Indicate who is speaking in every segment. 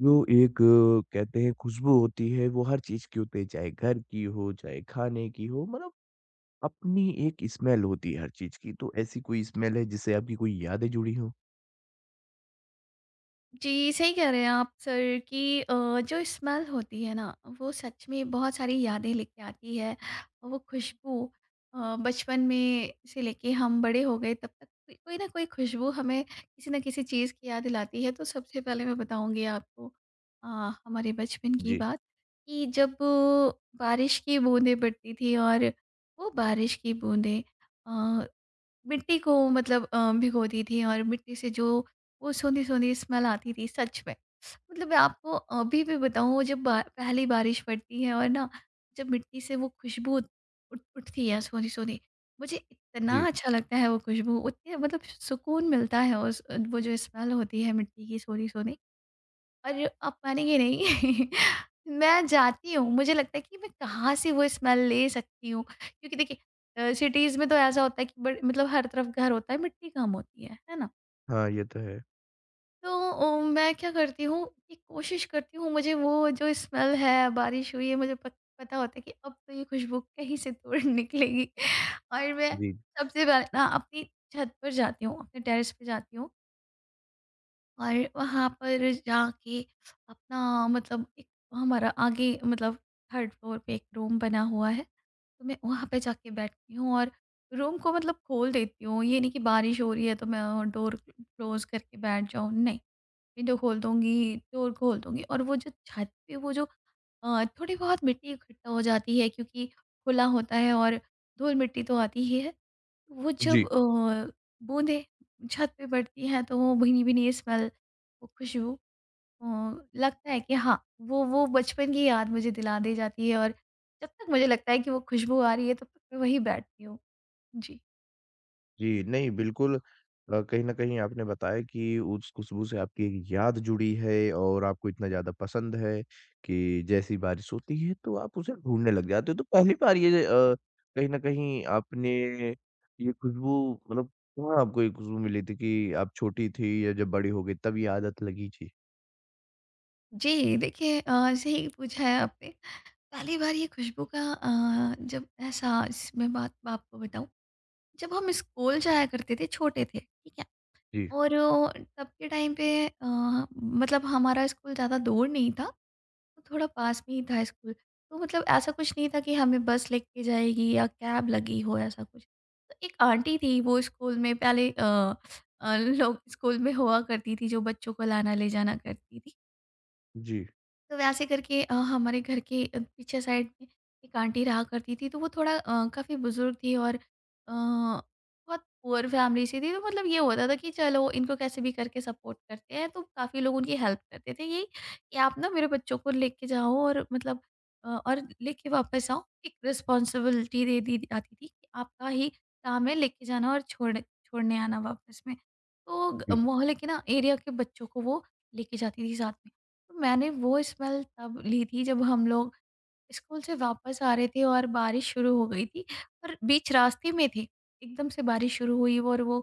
Speaker 1: जो एक कहते हैं खुशबू होती है वो हर चीज़ की होती है, चाहे घर की हो, चाहे खाने की हो, मतलब अपनी एक स्मेल होती है हर चीज़ की। तो ऐसी कोई स्मेल है जिससे आपकी कोई यादें जुड़ी हों?
Speaker 2: जी, सही कह रहे हैं आप सर कि जो स्मेल होती है ना, वो सच में बहुत सारी यादें लेके आती है। वो खुशबू बचपन में से लेके हम बड़े हो गए तब तक कोई कोई ना कोई खुशबू हमें किसी न किसी चीज़ की याद दिलाती है। तो सबसे पहले मैं बताऊँगी आपको अ, हमारे बचपन की
Speaker 1: जी।
Speaker 2: बात कि जब बारिश की बूँदें पड़ती थी और वो बारिश की बूँदें अ मिट्टी को मतलब भिगोती थी और मिट्टी से जो वो सोंधी सोंधी स्मेल आती थी सच में। मतलब मैं आपको अभी भी बताऊँ जब पहली बारिश पड़ती है और ना जब मिट्टी से वो खुशबू उठती है सोंधी सोंधी, मुझे इतना
Speaker 1: जी।
Speaker 2: अच्छा लगता है वो खुशबू, उतने मतलब सुकून मिलता है उस वो जो स्मेल होती है मिट्टी की सोंधी सोंधी। और आप मानेंगे नहीं। मैं जाती हूँ, मुझे लगता है कि मैं कहाँ से वो स्मेल ले सकती हूँ, क्योंकि देखिए सिटीज़ में तो ऐसा होता है कि बड़ मतलब हर तरफ घर होता है, मिट्टी कम होती है ना?
Speaker 1: हाँ, ये तो है।
Speaker 2: तो मैं क्या करती हूँ कि कोशिश करती हूँ मुझे वो जो स्मेल है, बारिश हुई है, मुझे प पता होता है कि अब तो ये खुशबू कहीं से तो निकलेगी। और मैं
Speaker 1: जी।
Speaker 2: सबसे पहले ना अपनी छत पर जाती हूँ, अपने टेरेस पे जाती हूँ और वहाँ पर जाके अपना मतलब एक हमारा आगे मतलब थर्ड फ्लोर पे एक रूम बना हुआ है, तो मैं वहाँ पे जाके बैठती हूँ और रूम को मतलब खोल देती हूँ। ये नहीं कि बारिश हो रही है तो मैं डोर क्लोज करके बैठ जाऊँ, नहीं। विंडो खोल दूंगी, डोर खोल दूंगी और वो जो छत पे वो जो थोड़ी बहुत मिट्टी इकट्ठा हो जाती है, क्योंकि खुला होता है और धूल मिट्टी तो आती ही है, वो जब
Speaker 1: जी।
Speaker 2: बूंदें छत पे पड़ती हैं तो वो भीनी-भीनी स्मेल, वो खुशबू अ, लगता है कि हाँ, वो बचपन की याद मुझे दिला दी जाती है। और जब तक मुझे लगता है कि वो खुशबू आ रही है तब तक मैं वहीं बैठती हूँ। जी।
Speaker 1: जी, नहीं बिल्कुल। कहीं न कहीं आपने बताया कि उस खुशबू से आपकी एक याद जुड़ी है और आपको इतना ज़्यादा पसंद है कि जैसी बारिश होती है तो आप उसे ढूँढने लग जाते हो। तो पहली बार ये कहीं न कहीं आपने ये खुशबू मतलब कहाँ आपको ये खुशबू मिली थी कि आप छोटी थी या जब बड़ी हो गई तब ये आदत लगी थी?
Speaker 2: जी, देखिए सही पूछा है आपने। पहली बार ये खुशबू का जब एहसास, मैं बात आपको बताऊँ, जब हम स्कूल जाया करते थे, छोटे थे, ठीक है?
Speaker 1: जी।
Speaker 2: और तब के टाइम पे मतलब हमारा स्कूल ज़्यादा दूर नहीं था। तो थोड़ा पास में ही था स्कूल। तो मतलब ऐसा कुछ नहीं था कि हमें बस लेके जाएगी या कैब लगी हो ऐसा कुछ। तो एक आंटी थी वो स्कूल में पहले लोग स्कूल में हुआ करती थी जो बच्चों को लाना ले जाना करती थी।
Speaker 1: जी।
Speaker 2: तो वैसे करके हमारे घर के पीछे साइड में एक आंटी रहा करती थी, तो वो थोड़ा काफ़ी बुज़ुर्ग थी और बहुत पुअर फैमिली से थी, तो मतलब ये होता था कि चलो इनको कैसे भी करके सपोर्ट करते हैं, तो काफ़ी लोग उनकी हेल्प करते थे यही कि आप ना मेरे बच्चों को लेके जाओ और मतलब और लेके वापस आओ, एक रिस्पॉन्सिबिलिटी दे दी जाती थी कि आपका ही काम है लेके जाना और छोड़ने आना वापस में। तो
Speaker 1: जी।
Speaker 2: मोहल्ले के ना एरिया के बच्चों को वो लेके जाती थी साथ में। तो मैंने वो स्मेल तब ली थी जब हम लोग स्कूल से वापस आ रहे थे और बारिश शुरू हो गई थी और बीच रास्ते में थे, एकदम से बारिश शुरू हुई और वो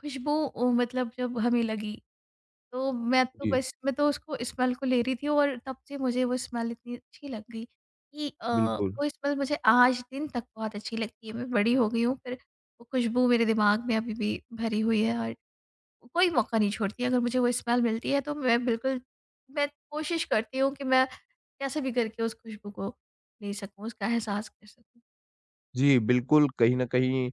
Speaker 2: खुशबू मतलब जब हमें लगी, तो मैं तो
Speaker 1: जी,
Speaker 2: बस मैं तो उसको स्मेल को ले रही थी। और तब से मुझे वो स्मेल इतनी अच्छी लग गई कि
Speaker 1: बिल्कुल।
Speaker 2: वो स्मेल मुझे आज दिन तक बहुत अच्छी लगती है, मैं बड़ी हो गई हूँ फिर वो खुशबू मेरे दिमाग में अभी भी भरी हुई है। कोई मौका नहीं छोड़ती है, अगर मुझे वो स्मेल मिलती है तो मैं कोशिश करती हूँ कि मैं कैसे भी करके उस खुशबू को ले सकूँ, उसका एहसास कर सकूँ।
Speaker 1: जी, बिल्कुल, कहीं न कहीं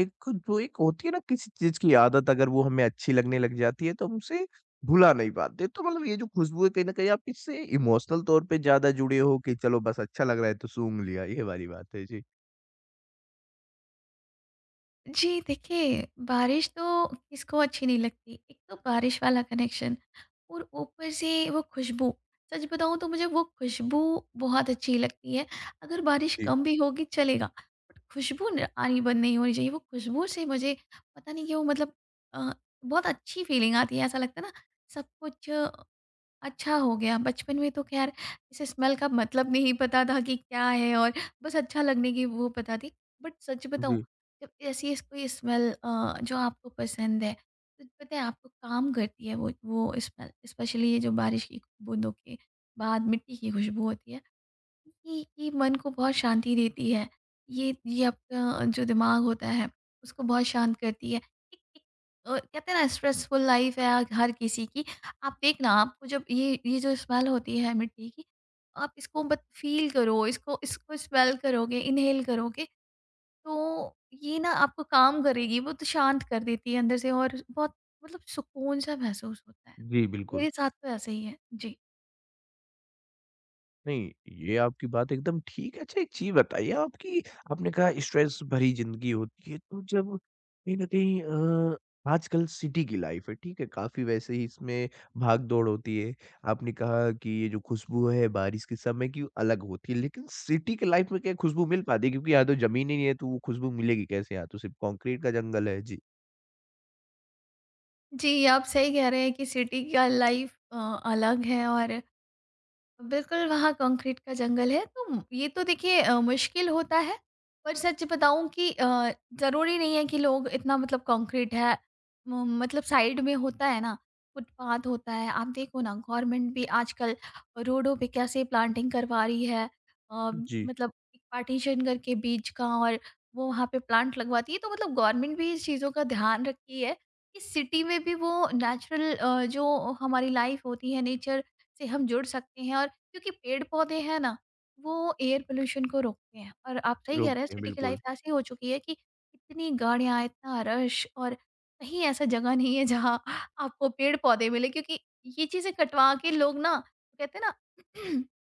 Speaker 1: एक जो एक होती है ना किसी चीज़ की आदत अगर वो हमें अच्छी लगने लग जाती है तो हम उसे भुला नहीं पाते। तो मतलब ये जो खुशबू है कहीं न कहीं आप इससे इमोशनल तौर पे ज़्यादा जुड़े हो कि चलो बस अच्छा लग रहा है तो सूँघ लिया, ये वाली बात है। जी।
Speaker 2: जी देखिए, बारिश तो किसको अच्छी नहीं लगती। एक तो बारिश वाला कनेक्शन और ऊपर से वो खुशबू। सच बताऊँ तो मुझे वो खुशबू बहुत अच्छी लगती है। अगर बारिश
Speaker 1: जी।
Speaker 2: कम भी होगी चलेगा, बट खुशबू न आनी बंद नहीं होनी चाहिए। वो खुशबू से मुझे पता नहीं क्यों, मतलब अ, बहुत अच्छी फीलिंग आती है। ऐसा लगता है ना सब कुछ अच्छा हो गया। बचपन में तो ख़ैर इस स्मेल का मतलब नहीं पता था कि क्या है और बस अच्छा लगने की वो पता थी। बट सच बताऊँ,
Speaker 1: जी।
Speaker 2: जब ऐसी इस कोई स्मेल जो आपको पसंद है, तो पता है आपको काम करती है वो स्मेल, स्पेशली ये जो बारिश की बूँदों के बाद मिट्टी की खुशबू होती है। ये मन को बहुत शांति देती है। ये आपका जो दिमाग होता है उसको बहुत शांत करती है। एक एक कहते हैं ना स्ट्रेसफुल लाइफ़ है हर किसी की। आप देखना, आपको जब ये जो स्मेल होती है मिट्टी की, आप इसको मत फ़ील करो, इसको इसको स्मेल करोगे, इन्हेल करोगे तो ये ना आपको काम करेगी, वो तो शांत कर देती है अंदर से और बहुत मतलब सुकून सा महसूस होता है।
Speaker 1: जी, बिल्कुल।
Speaker 2: मेरे साथ तो ऐसा ही है। जी।
Speaker 1: नहीं, ये आपकी बात एकदम ठीक है। अच्छा एक चीज़ बताइए आपकी आपने कहा स्ट्रेस भरी ज़िंदगी होती है, तो जब कहीं न कहीं आजकल सिटी की लाइफ़ है, ठीक है? काफ़ी वैसे ही इसमें भाग-दौड़ होती है। आपने कहा कि ये जो खुशबू है बारिश के समय की वो अलग होती है, लेकिन सिटी की लाइफ़ में क्या खुशबू मिल पाती है? क्योंकि यहाँ तो ज़मीन ही नहीं है, तो वो खुशबू मिलेगी कैसे? यहाँ तो सिर्फ़ कॉन्क्रीट का जंगल है। जी।
Speaker 2: जी, आप सही कह रहे हैं कि सिटी का लाइफ अलग है और बिल्कुल, वहाँ कंक्रीट का जंगल है, तो ये तो देखिए मुश्किल होता है, पर सच बताऊँ कि ज़रूरी नहीं है कि लोग इतना मतलब कंक्रीट है, म मतलब साइड में होता है ना, फुटपाथ होता है, आप देखो ना गवर्नमेंट भी आजकल रोडों पे कैसे प्लांटिंग करवा रही है। अ,
Speaker 1: जी,
Speaker 2: मतलब एक पार्टीशन करके बीज का और वो वहाँ पे प्लांट लगवाती है, तो मतलब गवर्नमेंट भी इस चीज़ों का ध्यान रखती है कि सिटी में भी वो नेचुरल जो हमारी लाइफ़ होती है, नेचर से हम जुड़ सकते हैं। और क्योंकि पेड़-पौधे हैं ना, वो एयर पॉल्यूशन को रोकते हैं, और आप सही कह रहे हैं
Speaker 1: रोकते हैं,
Speaker 2: सिटी की लाइफ
Speaker 1: बिल्कुल।
Speaker 2: ऐसी हो चुकी है कि इतनी गाड़ियाँ, इतना रश, और कहीं ऐसा जगह नहीं है जहाँ आपको पेड़-पौधे मिले, क्योंकि ये चीज़ें कटवा के लोग ना कहते हैं ना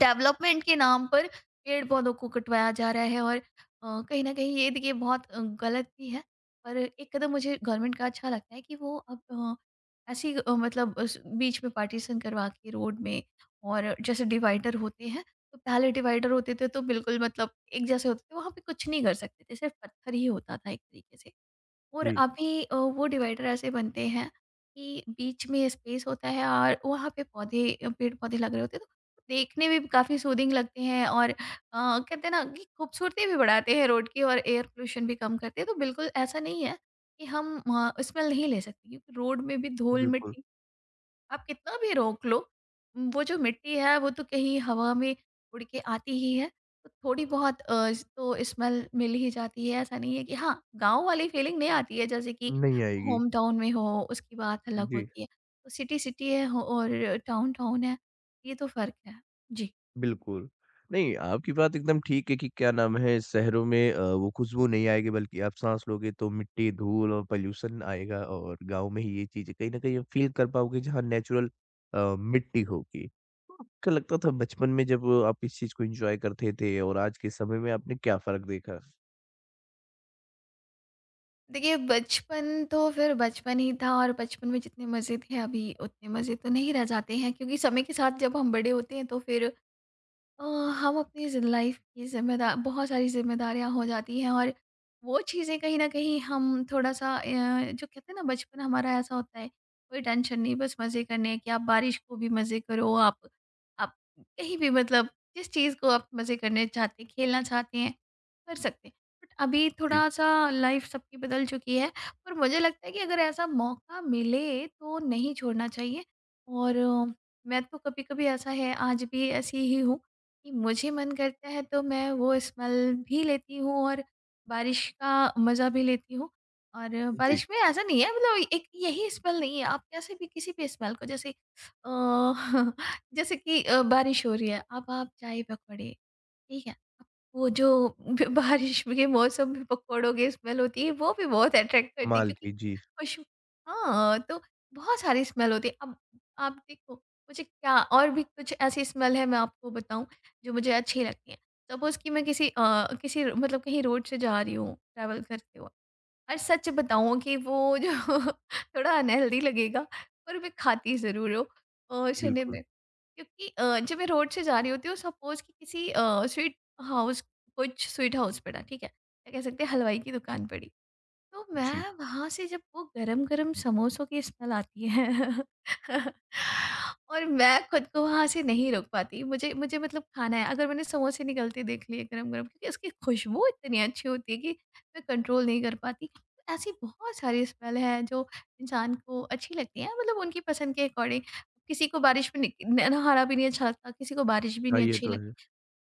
Speaker 2: डेवलपमेंट के नाम पर पेड़-पौधों को कटवाया जा रहा है। और कहीं न कहीं ये देखिए बहुत गलत भी है। पर एक कदम मुझे गवर्नमेंट का अच्छा लगता है कि वो अब ऐसी मतलब उस बीच में पार्टीशन करवा के रोड में, और जैसे डिवाइडर होते हैं, तो पहले डिवाइडर होते थे तो बिल्कुल मतलब एक जैसे होते थे, वहाँ पे कुछ नहीं कर सकते थे, सिर्फ़ पत्थर ही होता था एक तरीके से। और
Speaker 1: जी,
Speaker 2: अभी वो डिवाइडर ऐसे बनते हैं कि बीच में स्पेस होता है और वहाँ पे पौधे पेड़-पौधे लग रहे होते हैं, तो देखने में भी काफ़ी सूदिंग लगते हैं और कहते हैं ना कि खूबसूरती भी बढ़ाते हैं रोड की और एयर पोल्यूशन भी कम करते हैं। तो बिल्कुल ऐसा नहीं है कि हम स्मेल नहीं ले सकते, क्योंकि रोड में भी
Speaker 1: बिल्कुल।
Speaker 2: धूल-मिट्टी, आप कितना भी रोक लो वो जो मिट्टी है वो तो कहीं हवा में उड़ के आती ही है, तो थोड़ी बहुत तो स्मेल मिल ही जाती है। ऐसा नहीं है कि हाँ गांव वाली फीलिंग नहीं आती है, जैसे कि
Speaker 1: नहीं आएगी।
Speaker 2: होम टाउन में हो उसकी बात अलग
Speaker 1: जी।
Speaker 2: होती है। तो सिटी सिटी है, और टाउन टाउन है, ये तो फर्क है। जी।
Speaker 1: बिल्कुल। नहीं, आपकी बात एकदम ठीक है कि क्या नाम है शहरों में वो खुशबू नहीं आएगी बल्कि आप साँस लोगे तो मिट्टी, धूल और पॉल्यूशन आएगा और गाँव में ही ये चीज़ें कहीं न कहीं आप फ़ील कर पाओगे जहाँ नेचुरल मिट्टी होगी। तो आपको लगता था बचपन में जब आप इस चीज़ को एन्जॉय करते थे और आज के समय में आपने क्या फ़र्क देखा?
Speaker 2: देखिए बचपन तो फिर बचपन ही था, और बचपन में जितने मज़े थे अभी उतने मज़े तो नहीं रह जाते हैं, क्योंकि समय के साथ जब हम बड़े होते हैं तो फिर अ, हम अपनी ज़ि लाइफ की ज़िम्मेदार बहुत सारी ज़िम्मेदारियाँ हो जाती हैं, और वो चीज़ें कहीं न कहीं हम थोड़ा-सा जो कहते हैं ना बचपन हमारा ऐसा होता है, कोई टेंशन नहीं, बस मज़े करने हैं, कि आप बारिश को भी मज़े करो, आप कहीं भी मतलब जिस चीज़ को आप मज़े करने चाहते हैं, खेलना चाहते हैं, कर सकते हैं। बट अभी
Speaker 1: जी।
Speaker 2: थोड़ा-सा लाइफ सबकी बदल चुकी है, पर मुझे लगता है कि अगर ऐसा मौका मिले तो नहीं छोड़ना चाहिए। और मैं तो कभी-कभी, ऐसा है आज भी ऐसी ही हूँ कि मुझे मन करता है तो मैं वो स्मेल भी लेती हूँ और बारिश का मज़ा भी लेती हूँ। और
Speaker 1: जी,
Speaker 2: बारिश में ऐसा नहीं है मतलब एक यही स्मेल नहीं है, आप कैसे भी किसी भी स्मेल को, जैसे जैसे कि बारिश हो रही है, अब आप चाय पकौड़े, ठीक है? अब वो जो ब बारिश के मौसम में पकौड़ों की स्मेल होती है, वो भी बहुत अट्रैक्ट करती है,
Speaker 1: कमाल
Speaker 2: क्योंकि
Speaker 1: की। जी,
Speaker 2: खुशबू। हाँ, तो बहुत सारी स्मेल होती है। अब आप देखो, मुझे क्या और भी कुछ ऐसी स्मेल है, मैं आपको बताऊँ, जो मुझे अच्छी लगती हैं। सपोज़ कि मैं किसी मतलब कहीं रोड से जा रही हूँ ट्रैवल करते हुए, और सच बताऊँ कि वो जो थोड़ा अनहेल्दी लगेगा, पर मैं खाती ज़रूर हूँ खाने
Speaker 1: बिल्कुल।
Speaker 2: में। क्योंकि जब मैं रोड से जा रही होती हूँ, सपोज़ कि किसी अ, स्वीट हाउस कुछ स्वीट हाउस पड़ा, ठीक है? या कह सकते हैं हलवाई की दुकान पड़ी। तो
Speaker 1: जी।
Speaker 2: मैं वहाँ से जब वो गरम-गरम समोसों की स्मेल आती है और मैं खुद को वहाँ से नहीं रोक पाती। मुझे मुझे मतलब खाना है। अगर मैंने समोसे निकलते देख लिए गरम-गरम, क्योंकि उसकी खुशबू इतनी अच्छी होती है कि मैं कंट्रोल नहीं कर पाती। तो ऐसी बहुत सारी स्मेल है जो इंसान को अच्छी लगती है, मतलब उनकी पसंद के अकॉर्डिंग। किसी को बारिश में निक न नहाना भी नहीं अच्छा लगता, किसी को बारिश भी
Speaker 1: हाँ,
Speaker 2: नहीं
Speaker 1: ये
Speaker 2: अच्छी
Speaker 1: तो है।
Speaker 2: लगती।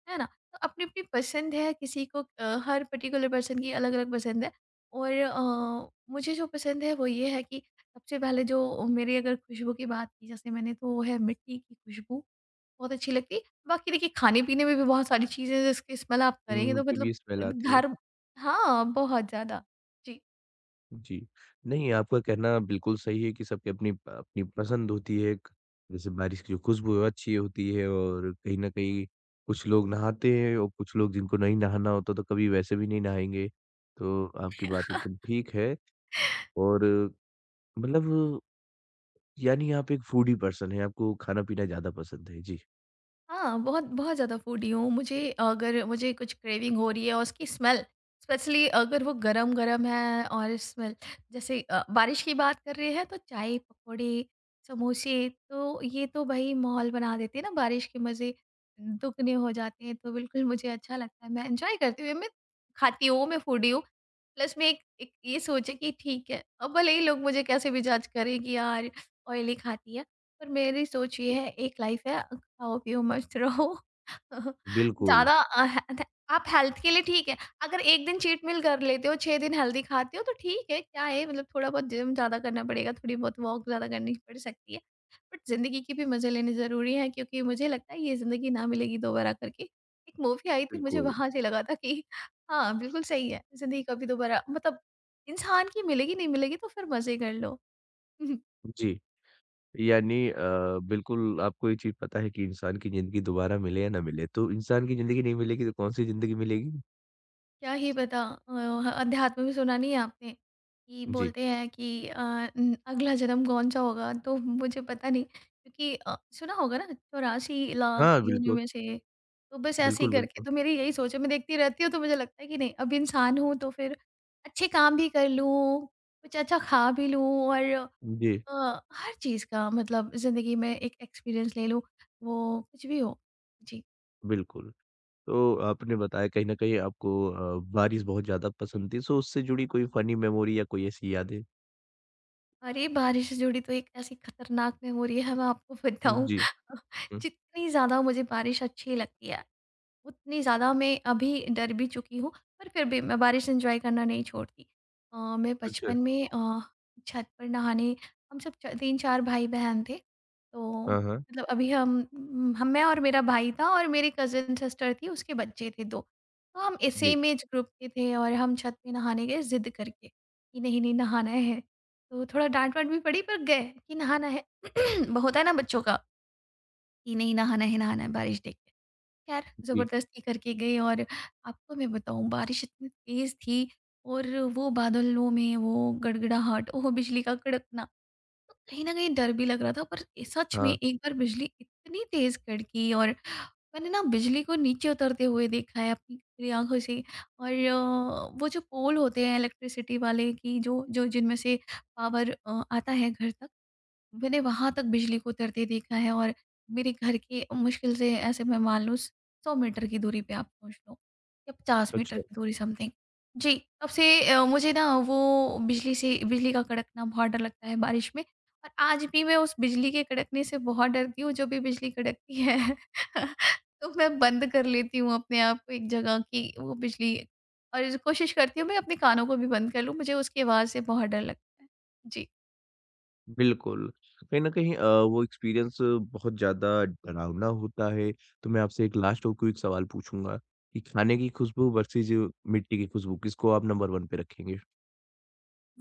Speaker 2: है ना? तो अपनी-अपनी पसंद है, किसी को हर पर्टिकुलर पर्सन की अलग-अलग पसंद है। और मुझे जो पसंद है वो ये है कि सबसे पहले जो मेरी अगर खुशबू की बात की जैसे मैंने, तो वो है मिट्टी की खुशबू, बहुत अच्छी लगती है। बाकी देखिए, खाने-पीने में भी बहुत सारी चीज़ें हैं जिसकी स्मेल आप करेंगे
Speaker 1: हुँ,
Speaker 2: तो मतलब
Speaker 1: कभी स्मेल आती है।
Speaker 2: घर। हाँ, बहुत ज़्यादा। जी।
Speaker 1: जी। नहीं, आपका कहना बिल्कुल सही है कि सबकी अपनी प अपनी पसंद होती है एक। जैसे बारिश की जो खुशबू है वो अच्छी होती है और कहीं न कहीं कुछ लोग नहाते हैं और कुछ लोग जिनको नहीं नहाना होता तो कभी वैसे भी नहीं नहाएँगे। तो आपकी बात एकदम ठीक है और मतलब यानी आप एक फूडी पर्सन हैं, आपको खाना-पीना ज़्यादा पसंद है। जी,
Speaker 2: हाँ, बहुत बहुत ज़्यादा फूडी हूँ। मुझे अगर मुझे कुछ क्रेविंग हो रही है और उसकी स्मेल, स्पेशली अगर वो गरम-गरम है, और स्मेल जैसे बारिश की बात कर रहे हैं, तो चाय, पकौड़े, समोसे, तो ये तो भाई माहौल बना देते हैं ना, बारिश के मज़े दुगने हो जाते हैं। तो बिल्कुल मुझे अच्छा लगता है, मैं एन्जॉय करती हूँ, मैं खाती हूँ, मैं फूडी हूँ। प्लस मैं एक एक ये सोचे कि ठीक है, अब भले ही लोग मुझे कैसे भी जज करें कि यार ऑयली खाती है, पर मेरी सोच ये है एक लाइफ़ है, होप यू मस्त रहो।
Speaker 1: बिल्कुल,
Speaker 2: ज़्यादा अ, ह ध आप हेल्थ के लिए ठीक है, अगर 1 दिन चीट मील कर लेते हो, 6 दिन हेल्दी खाते हो तो ठीक है, क्या है मतलब थोड़ा बहुत जिम ज़्यादा करना पड़ेगा, थोड़ी बहुत वॉक ज़्यादा करनी पड़ सकती है। बट ज़िंदगी के भी मज़े लेने ज़रूरी हैं, क्योंकि मुझे लगता है ये ज़िंदगी ना मिलेगी दोबारा करके। एक मूवी आई थी, मुझे
Speaker 1: बिल्कुल।
Speaker 2: वहाँ से लगा था कि हाँ, बिल्कुल सही है, ज़िंदगी कभी दोबारा, मतलब इंसान की मिलेगी, नहीं मिलेगी तो फिर मज़े कर लो।
Speaker 1: जी, यानी बिल्कुल आपको ये चीज़ पता है कि इंसान की ज़िंदगी दोबारा मिले या ना मिले, तो इंसान की ज़िंदगी नहीं मिलेगी तो कौन-सी ज़िंदगी मिलेगी?
Speaker 2: क्या ही पता। अध्यात्म में सुना नहीं है आपने कि
Speaker 1: जी।
Speaker 2: बोलते हैं कि अगला जन्म कौन सा होगा तो मुझे पता नहीं, क्योंकि सुना होगा ना, 84 लाख
Speaker 1: हाँ,
Speaker 2: योनियों
Speaker 1: बिल्कुल।
Speaker 2: में से। तो बस ऐसे ही
Speaker 1: बिल्कुल,
Speaker 2: करके,
Speaker 1: बिल्कुल।
Speaker 2: तो मेरी यही सोच है, मैं देखती रहती हूँ, तो मुझे लगता है कि नहीं, अब इंसान हूँ तो फिर अच्छे काम भी कर लूँ, कुछ अच्छा खा भी लूँ, और
Speaker 1: जी,
Speaker 2: हर चीज़ का मतलब ज़िंदगी में एक एक्सपीरियंस ले लूँ, वो कुछ भी हो। जी।
Speaker 1: बिल्कुल। तो आपने बताया कहीं न कहीं आपको बारिश बहुत ज़्यादा पसंद थी, सो उससे जुड़ी कोई फ़नी मेमोरी या कोई ऐसी यादें?
Speaker 2: अरे! बारिश से जुड़ी तो एक ऐसी खतरनाक मेमोरी है, मैं आपको बताऊँ।
Speaker 1: जी। हुँ,
Speaker 2: जितनी ज़्यादा मुझे बारिश अच्छी लगती है, उतनी ज़्यादा मैं अभी डर भी चुकी हूँ, पर फिर भी मैं बारिश एन्जॉय करना नहीं छोड़ती। मैं
Speaker 1: अच्छा।
Speaker 2: बचपन में छत पर नहाने, हम सब च 3-4 भाई-बहन थे, तो
Speaker 1: हाँ, हाँ।
Speaker 2: मतलब अभी हम मैं और मेरा भाई था, और मेरी कज़िन सिस्टर थी, उसके बच्चे थे 2। तो हम ए
Speaker 1: जी।
Speaker 2: सेम ऐज ग्रुप के थे, और हम छत पे नहाने गए ज़िद करके कि नहीं-नहीं नहाना है। तो थोड़ा डाँट-वाँट भी पड़ी, पर गए कि नहाना है। होता है ना बच्चों का कि नहीं नहाना है, नहाना है बारिश देख के। खैर
Speaker 1: जी।
Speaker 2: ज़बरदस्ती करके गए, और आपको मैं बताऊँ बारिश इतनी तेज़ थी, और वो बादलों में वो गड़गड़ाहट, ओह बिजली का कड़कना, तो कहीं न कहीं डर भी लग रहा था, पर सच में
Speaker 1: हाँ,
Speaker 2: एक बार बिजली इतनी तेज़ कड़की, और मैंने ना बिजली को नीचे उतरते हुए देखा है अपनी खुली आँखों से। और वो जो पोल होते हैं इलेक्ट्रिसिटी वाले की जो जो जिनमें से पावर आता है घर तक, मैंने वहाँ तक बिजली को उतरते देखा है। और मेरे घर के मुश्किल से ऐसे मैं मान लो 100 मीटर की दूरी पे आप पहुँच लो, या 50 मीटर
Speaker 1: अच्छा।
Speaker 2: की दूरी समथिंग। जी, तब से मुझे ना वो बिजली का कड़कना बहुत डर लगता है बारिश में। और आज भी मैं उस बिजली के कड़कने से बहुत डरती हूँ, जो भी बिजली कड़कती है। तो मैं बंद कर लेती हूँ अपने आप को एक जगह कि वो बिजली, और कोशिश करती हूँ मैं अपने कानों को भी बंद कर लूँ, मुझे उसकी आवाज़ से बहुत डर लगता है। जी।
Speaker 1: बिल्कुल। कहीं न कहीं वो एक्सपीरियंस बहुत ज़्यादा डरावना होता है। तो मैं आपसे एक लास्ट और क्विक सवाल पूछूँगा कि खाने की खुशबू वर्सेज़ मिट्टी की खुशबू, किसको आप नंबर 1 पे रखेंगे?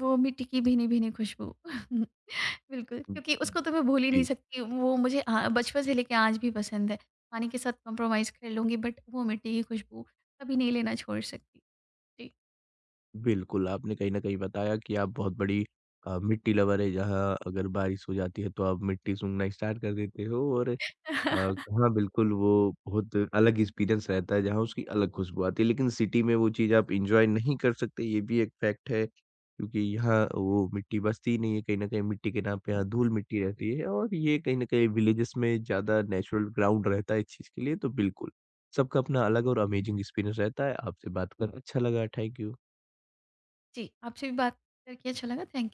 Speaker 2: वो मिट्टी की भीनी-भीनी खुशबू। बिल्कुल,
Speaker 1: हुँ,
Speaker 2: क्योंकि
Speaker 1: हुँ।
Speaker 2: उसको तो मैं भूल ही नहीं
Speaker 1: जी।
Speaker 2: सकती, वो मुझे बचपन से लेके आज भी पसंद है। पानी के साथ कॉम्प्रोमाइज़ कर लूँगी, बट वो मिट्टी की खुशबू कभी नहीं लेना छोड़ सकती। जी।
Speaker 1: बिल्कुल, आपने कहीं न कहीं बताया कि आप बहुत बड़ी मिट्टी लवर हैं, जहाँ अगर बारिश हो जाती है तो आप मिट्टी सूंघना स्टार्ट कर देते हो और हाँ, बिल्कुल वो बहुत अलग एक्सपीरियंस रहता है जहाँ उसकी अलग खुशबू आती है। लेकिन सिटी में वो चीज़ आप एन्जॉय नहीं कर सकते, ये भी एक फैक्ट है, क्योंकि यहाँ वो मिट्टी बसती ही नहीं है, कहीं न कहीं मिट्टी के नाम पे यहाँ धूल-मिट्टी रहती है और ये कहीं न कहीं विलेजेस में ज़्यादा नेचुरल ग्राउंड रहता है इस चीज़ के लिए, तो बिल्कुल, सबका अपना अलग और अमेजिंग एक्सपीरियंस रहता है। आपसे बात कर अच्छा लगा, थैंक यू।
Speaker 2: जी, आपसे भी बात करके अच्छा लगा। थैंक